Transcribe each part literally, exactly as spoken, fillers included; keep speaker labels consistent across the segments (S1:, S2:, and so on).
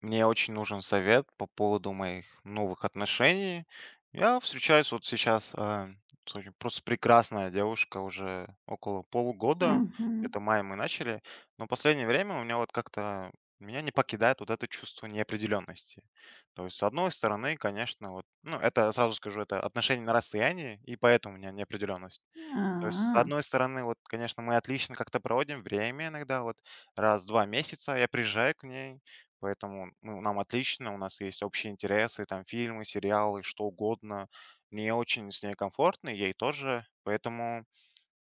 S1: Мне очень нужен совет по поводу моих новых отношений. Я встречаюсь вот сейчас, а, с очень просто прекрасная девушка уже около полугода.
S2: Мгм.
S1: Это мая мы начали. Но последнее время у меня вот как-то меня не покидает вот это чувство неопределенности. То есть, с одной стороны, конечно, вот, ну, это сразу скажу, это отношения на расстоянии, и поэтому у меня неопределенность. То есть, с
S2: А,
S1: одной стороны, вот, конечно, мы отлично как-то проводим время иногда, вот раз в 2 месяца я приезжаю к ней, поэтому, ну, нам отлично, у нас есть общие интересы, там фильмы, сериалы, что угодно. Мне очень с ней комфортно, и ей тоже, поэтому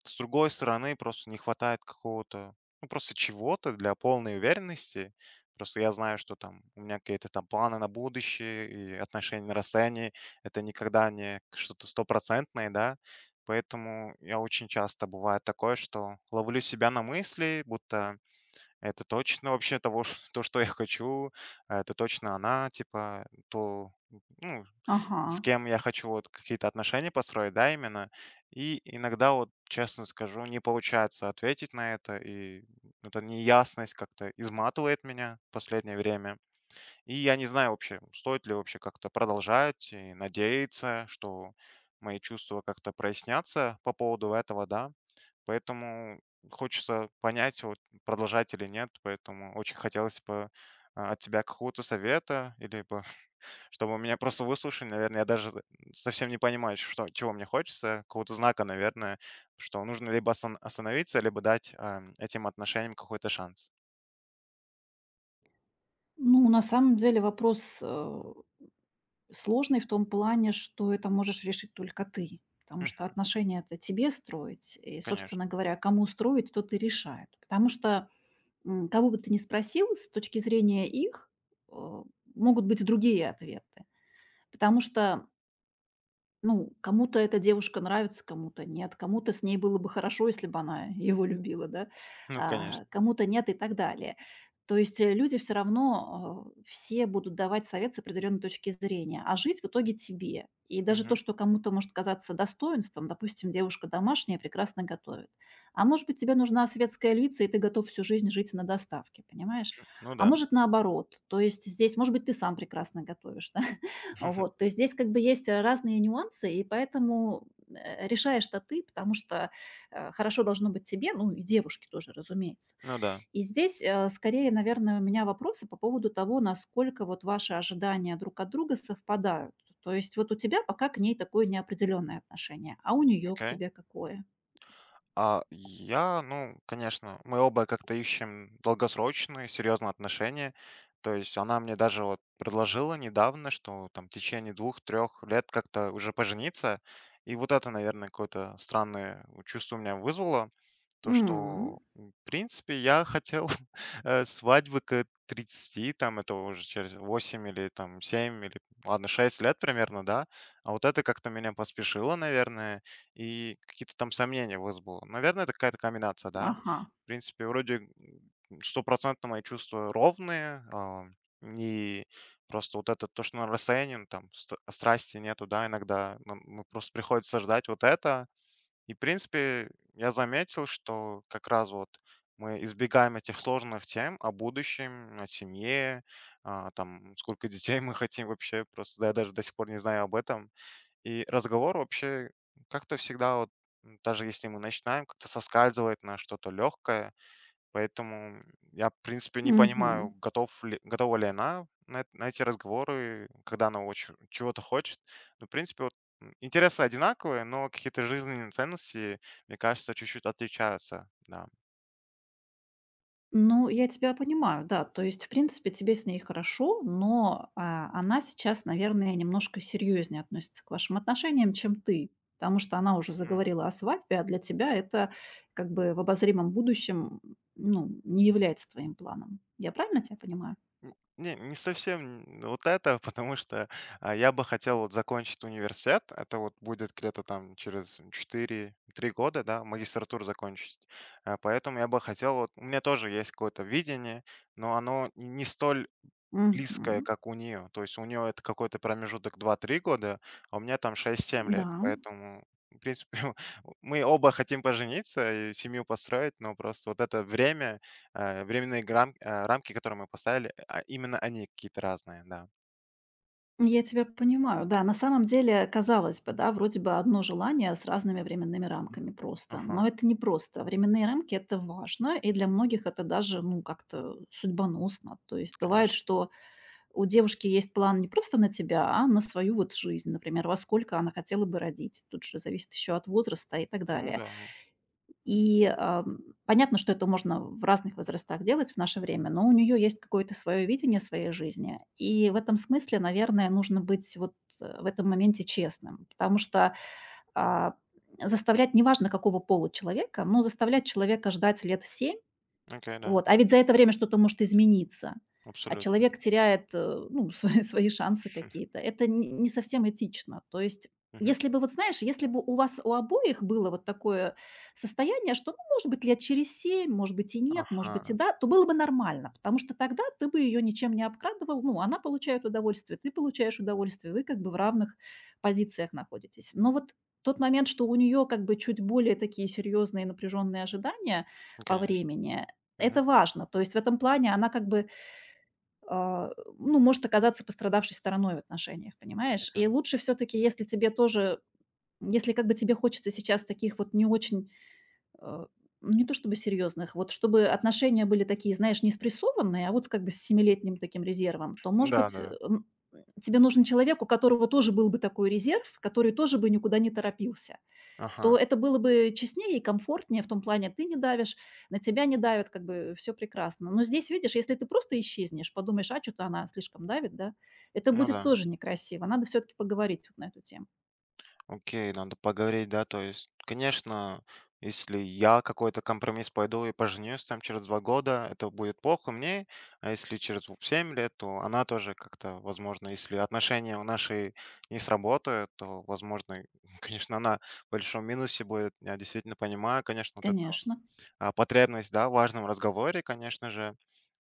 S1: с другой стороны, просто не хватает какого-то, ну, просто чего-то для полной уверенности. Просто я знаю, что там у меня какие-то там планы на будущее и отношения на расстоянии. Это никогда не что-то стопроцентное, да. Поэтому я очень часто бывает такое, что ловлю себя на мысли, будто это точно вообще того, ш то, что я хочу. а Это точно она, типа, то, ну, с
S2: ага.
S1: кем я хочу вот какие-то отношения построить, да, именно. И иногда, вот честно скажу, не получается ответить на это, и эта неясность как-то изматывает меня в последнее время. И я не знаю вообще, стоит ли вообще как-то продолжать и надеяться, что мои чувства как-то прояснятся по поводу этого, да. Поэтому хочется понять, вот, продолжать или нет. Поэтому очень хотелось бы а, от тебя какого-то совета, или бы, чтобы меня просто выслушали, наверное, я даже за- совсем не понимаю, что, чего мне хочется, какого-то знака, наверное, что нужно либо остан- остановиться, либо дать ам, этим отношениям какой-то шанс.
S2: Ну, на самом деле вопрос, э, сложный в том плане, что это можешь решить только ты, потому что
S1: Мгм.
S2: отношения - это тебе строить. И, собственно
S1: Конечно.
S2: говоря, кому строить, тот и решает. Потому что, м, кого бы ты ни спросил, с точки зрения их, э, могут быть другие ответы. Потому что ну, кому-то эта девушка нравится, кому-то нет, кому-то с ней было бы хорошо, если бы она его любила, да,
S1: Ну, конечно.
S2: а, кому-то нет и так далее. То есть э, люди все равно э, все будут давать совет с определенной точки зрения, а жить в итоге тебе. И даже то,
S1: Мгм.
S2: что кому-то может казаться достоинством, допустим, девушка домашняя прекрасно готовит, а может быть тебе нужна светская львица, и ты готов всю жизнь жить на доставке, понимаешь?
S1: Ну
S2: А
S1: да.
S2: может наоборот, то есть здесь, может быть, ты сам прекрасно готовишь. Вот, то есть здесь как бы есть разные нюансы, и поэтому, э, решаешь-то ты, потому что, э, хорошо должно быть тебе, ну и девушке тоже, разумеется.
S1: Ну да,
S2: И здесь, э, скорее, наверное, у меня вопросы по поводу того, насколько вот ваши ожидания друг от друга совпадают. То есть вот у тебя пока к ней такое неопределенное отношение, а у нее к
S1: окей.
S2: тебе какое?
S1: А я, ну, конечно, мы оба как-то ищем долгосрочные, серьезные отношения. То есть она мне даже вот предложила недавно, что там в течение двух-трех лет как-то уже пожениться. И вот это, наверное, какое-то странное чувство у меня вызвало. То, что,
S2: М,
S1: м, в принципе, я хотел, э, свадьбы к тридцати, там это уже через восемь или там семь или, ладно, шесть лет примерно, да. А вот это как-то меня поспешило, наверное, и какие-то там сомнения вызвало. Наверное, это какая-то комбинация, да.
S2: ага,
S1: В принципе, вроде м, стопроцентно мои чувства ровные, а, и просто вот это то, что на расстоянии, ну, там ст- страсти нету, да, иногда нам- ну, просто приходится ждать вот это, и, в принципе, я заметил, что как раз вот мы избегаем этих сложных тем о будущем, о семье, а, там, сколько детей мы хотим вообще, просто да, я даже до сих пор не знаю об этом. И разговор вообще как-то всегда, вот, м, даже если мы начинаем, как-то соскальзывает на что-то легкое. Поэтому я, в принципе, не понимаю,
S2: мгм.
S1: готов ли, готова ли она на, эт- на эти разговоры, когда она очень чего-то хочет. Но, в принципе, вот, м, интересы одинаковые, но какие-то жизненные ценности, мне кажется, чуть-чуть отличаются. Да.
S2: Ну, я тебя понимаю, да. То есть, в принципе, тебе с ней хорошо, но, а, она сейчас, наверное, немножко серьезнее относится к вашим отношениям, чем ты. Потому что она уже
S1: М,
S2: заговорила о свадьбе, а для тебя это как бы в обозримом будущем, ну, не является твоим планом. Я правильно тебя понимаю?
S1: н- Не, не совсем вот это, потому что а, я бы хотел вот закончить университет. Это вот будет где-то там через четыре три года, да, магистратуру закончить. А, Поэтому я бы хотел, вот у меня тоже есть какое-то видение, но оно не столь близкое,
S2: Мгм.
S1: как у нее. То есть у нее это какой-то промежуток два-три года, а у меня там шесть-семь лет.
S2: Да.
S1: Поэтому, в принципе, мы оба хотим пожениться и семью построить, но просто вот это время, э, временные грам- э, рамки, которые мы поставили, а именно они какие-то разные, да.
S2: Я тебя понимаю, да. На самом деле, казалось бы, да, вроде бы одно желание с разными временными рамками просто.
S1: Ага,
S2: Но это не просто. Временные рамки - это важно, и для многих это даже, ну, как-то судьбоносно. То есть бывает,
S1: конечно.
S2: что у девушки есть план не просто на тебя, а на свою вот жизнь. Например, во сколько она хотела бы родить. Тут же зависит еще от возраста и так
S1: Ну
S2: далее.
S1: да,
S2: И, ам, понятно, что это можно в разных возрастах делать в наше время, но у нее есть какое-то свое видение своей жизни. И в этом смысле, наверное, нужно быть вот, э, в этом моменте честным, потому что, а, заставлять, неважно какого пола человека, но заставлять человека ждать лет семь.
S1: окей, да,
S2: Вот, а ведь за это время что-то может измениться, а
S1: абсолютно.
S2: человек теряет, э, ну, свои свои шансы какие-то. Это не не совсем этично. То есть,
S1: Мгм.
S2: если бы, вот знаешь, если бы у вас у обоих было вот такое состояние, что, ну, может быть, лет через семь, может быть, и нет, может быть, и
S1: Ага,
S2: да, то было бы нормально, потому что тогда ты бы ее ничем не обкрадывал. Ну, она получает удовольствие, ты получаешь удовольствие, вы как бы в равных позициях находитесь. Но вот тот момент, что у нее как бы чуть более такие серьезные напряженные ожидания
S1: ну,
S2: по
S1: конечно.
S2: времени,
S1: Мгм,
S2: это важно. То есть в этом плане она как бы, а, ну, может оказаться пострадавшей стороной в отношениях, понимаешь?
S1: мгм.
S2: И лучше все таки если тебе тоже, если как бы тебе хочется сейчас таких вот не очень, э, ну, не то чтобы серьезных, вот чтобы отношения были такие, знаешь, не спрессованные, а вот как бы с семилетним таким резервом, то, может
S1: Да,
S2: быть, э,
S1: да,
S2: м, тебе нужен человек, у которого тоже был бы такой резерв, который тоже бы никуда не торопился,
S1: ага,
S2: то это было бы честнее и комфортнее в том плане: ты не давишь, на тебя не давят, как бы все прекрасно. Но здесь, видишь, если ты просто исчезнешь, подумаешь: "А что то она слишком давит, да?" Это
S1: ну
S2: будет
S1: да.
S2: тоже некрасиво. Надо все таки поговорить вот на эту тему.
S1: Окей, надо поговорить, да, то есть, конечно, если я какой-то компромисс пойду и поженюсь там через два года, это будет плохо мне, а если через в- семь лет, то она тоже как-то, возможно, если отношения у нашей не сработают, то, возможно, конечно, она в большом минусе будет. Я действительно понимаю, конечно, вот это
S2: Конечно.
S1: а, потребность, да, в важном разговоре, конечно же.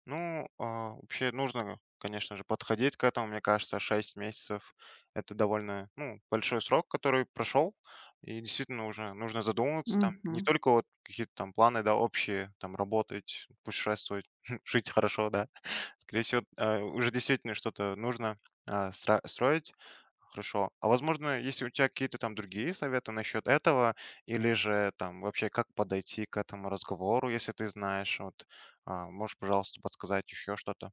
S1: Ну, а, вообще нужно, конечно же, подходить к этому. Мне кажется, шесть месяцев — это довольно ну, большой срок, который прошел. И действительно уже нужно задумываться там не
S2: Мгм.
S1: только вот какие-то там планы, да, общие, там работать, путешествовать, жить хорошо, да. Скорее всего, э, уже действительно что-то нужно а, стра- строить. Хорошо. А возможно, если у тебя какие-то там другие советы насчет этого, или же там вообще как подойти к этому разговору, если ты знаешь? Вот, а, можешь, пожалуйста, подсказать еще что-то?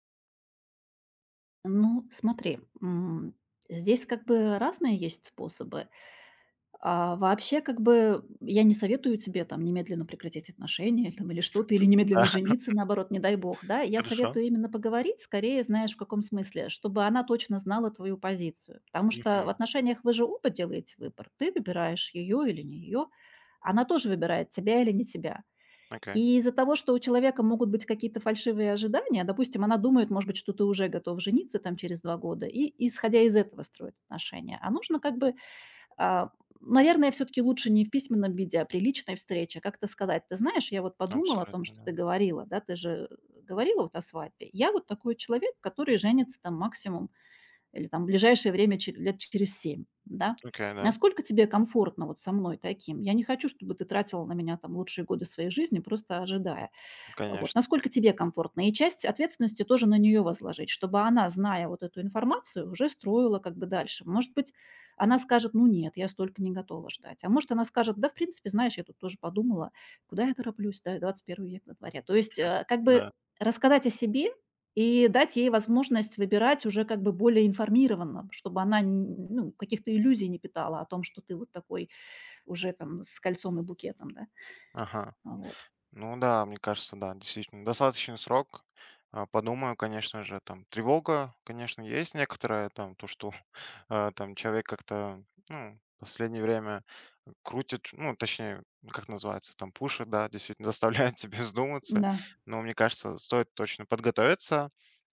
S2: Ну, смотри, м, здесь как бы разные есть способы. А, вообще, как бы, я не советую тебе там немедленно прекратить отношения там или что-то, или
S1: Да,
S2: немедленно жениться, наоборот, не дай бог, да. Я
S1: хорошо.
S2: советую именно поговорить, скорее, знаешь, в каком смысле, чтобы она точно знала твою позицию. Потому что в
S1: Мгм.
S2: отношениях вы же оба делаете выбор. Ты выбираешь ее или не ее, она тоже выбирает тебя или не тебя.
S1: Окей,
S2: И из-за того, что у человека могут быть какие-то фальшивые ожидания, допустим, она думает, может быть, что ты уже готов жениться там через два года, и исходя из этого строит отношения. А нужно как бы а, наверное, все таки лучше не в письменном виде, а при личной встрече как-то сказать: "Ты знаешь, я вот подумала о том,
S1: абсолютно,
S2: что ты
S1: да.
S2: говорила, да, ты же говорила вот о свадьбе. Я вот такой человек, который женится там максимум или там в ближайшее время че лет через семь, да.
S1: Окей, да,
S2: Насколько тебе комфортно вот со мной таким? Я не хочу, чтобы ты тратила на меня там лучшие годы своей жизни, просто ожидая. Вот,
S1: конечно,
S2: насколько тебе комфортно. И часть ответственности тоже на нее возложить, чтобы она, зная вот эту информацию, уже строила как бы дальше. Может быть, она скажет, ну нет, я столько не готова ждать. А может, она скажет, да, в принципе, знаешь, я тут тоже подумала, куда я тороплюсь, да, двадцать первый век на дворе. То есть э, как бы
S1: да.
S2: рассказать о себе и дать ей возможность выбирать уже как бы более информированно, чтобы она н- ну, каких-то иллюзий не питала о том, что ты вот такой уже там с кольцом и букетом, да.
S1: Ага.
S2: Вот".
S1: Ну да, мне кажется, да, действительно, достаточный срок. А, Подумаю, конечно же, там тревога, конечно, есть некоторая, там то, что а, там человек как-то, ну, в последнее время крутит, ну, точнее, как называется, там пушит, да, действительно заставляет тебя вздуматься.
S2: Да.
S1: Но мне кажется, стоит точно подготовиться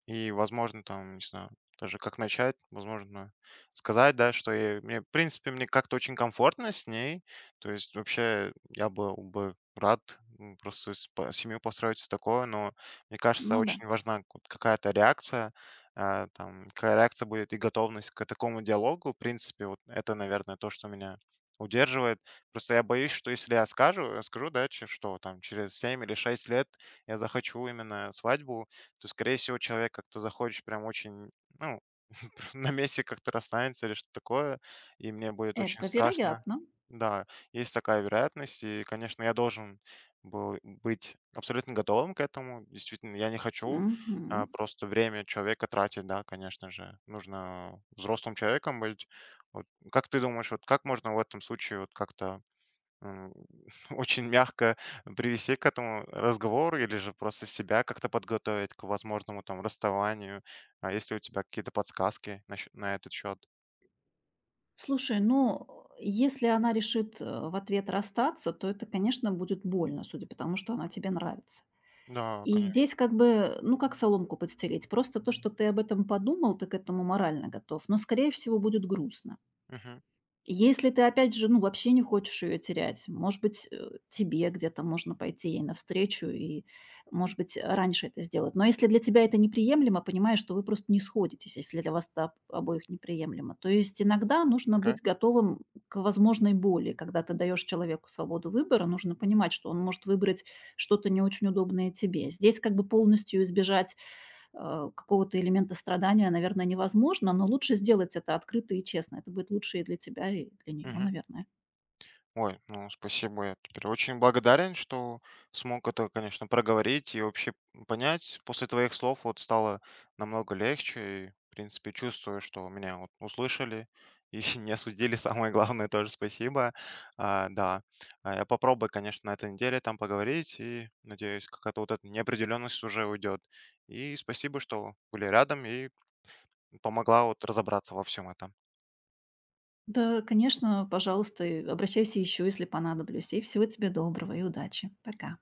S1: и, возможно, там, не знаю, даже как начать, возможно, сказать, да, что я- мне, в принципе, мне как-то очень комфортно с ней. То есть вообще я был бы рад, м, просто с по семью построить всё такое, но мне кажется,
S2: Ну да.
S1: очень важна вот какая-то реакция, а, там, какая реакция будет и готовность к такому диалогу. В принципе, вот это, наверное, то, что меня удерживает. Просто я боюсь, что если я скажу, я скажу, да, че что там через семь или шесть лет я захочу именно свадьбу, то, скорее всего, человек как-то захочет прям очень, ну, на месте как-то расстанется или что такое, и мне будет очень
S2: Это
S1: страшно.
S2: вероятно.
S1: Да. Есть такая вероятность, и, конечно, я должен был быть абсолютно готовым к этому. Действительно, я не хочу а,
S2: Мгм.
S1: просто время человека тратить, да, конечно же. Нужно взрослым человеком быть. Вот, как ты думаешь, вот как можно в этом случае вот как-то м, очень мягко привести к этому разговору или же просто себя как-то подготовить к возможному там расставанию? А есть ли у тебя какие-то подсказки насч- на этот счет?
S2: Слушай, ну, если она решит э, в ответ расстаться, то это, конечно, будет больно, судя по тому, что она тебе нравится.
S1: Да,
S2: И здесь
S1: конечно.
S2: как бы, ну, как соломку подстелить. Просто то, что ты об этом подумал, ты к этому морально готов. Но, скорее всего, будет грустно.
S1: Мгм.
S2: Если ты, опять же, ну, вообще не хочешь ее терять, может быть, э, тебе где-то можно пойти ей навстречу и, может быть, раньше это сделать. Но если для тебя это неприемлемо, понимаешь, что вы просто не сходитесь, если для вас это об- обоих неприемлемо. То есть иногда нужно
S1: Окей.
S2: быть готовым к возможной боли. Когда ты даешь человеку свободу выбора, нужно понимать, что он может выбрать что-то не очень удобное тебе. Здесь как бы полностью избежать э, какого-то элемента страдания, наверное, невозможно, но лучше сделать это открыто и честно. Это будет лучше и для тебя, и для нее,
S1: Мгм.
S2: наверное.
S1: Ой, ну спасибо, я теперь очень благодарен, что смог это, конечно, проговорить и вообще понять. После твоих слов вот стало намного легче, и, в принципе, чувствую, что меня вот услышали и не осудили, самое главное, тоже спасибо. А, да, а я попробую, конечно, на этой неделе там поговорить, и, надеюсь, какая-то вот эта неопределенность уже уйдет. И спасибо, что были рядом и помогла вот разобраться во всем этом.
S2: Да, конечно, пожалуйста, и обращайся еще, если понадоблюсь. И всего тебе доброго и удачи. Пока.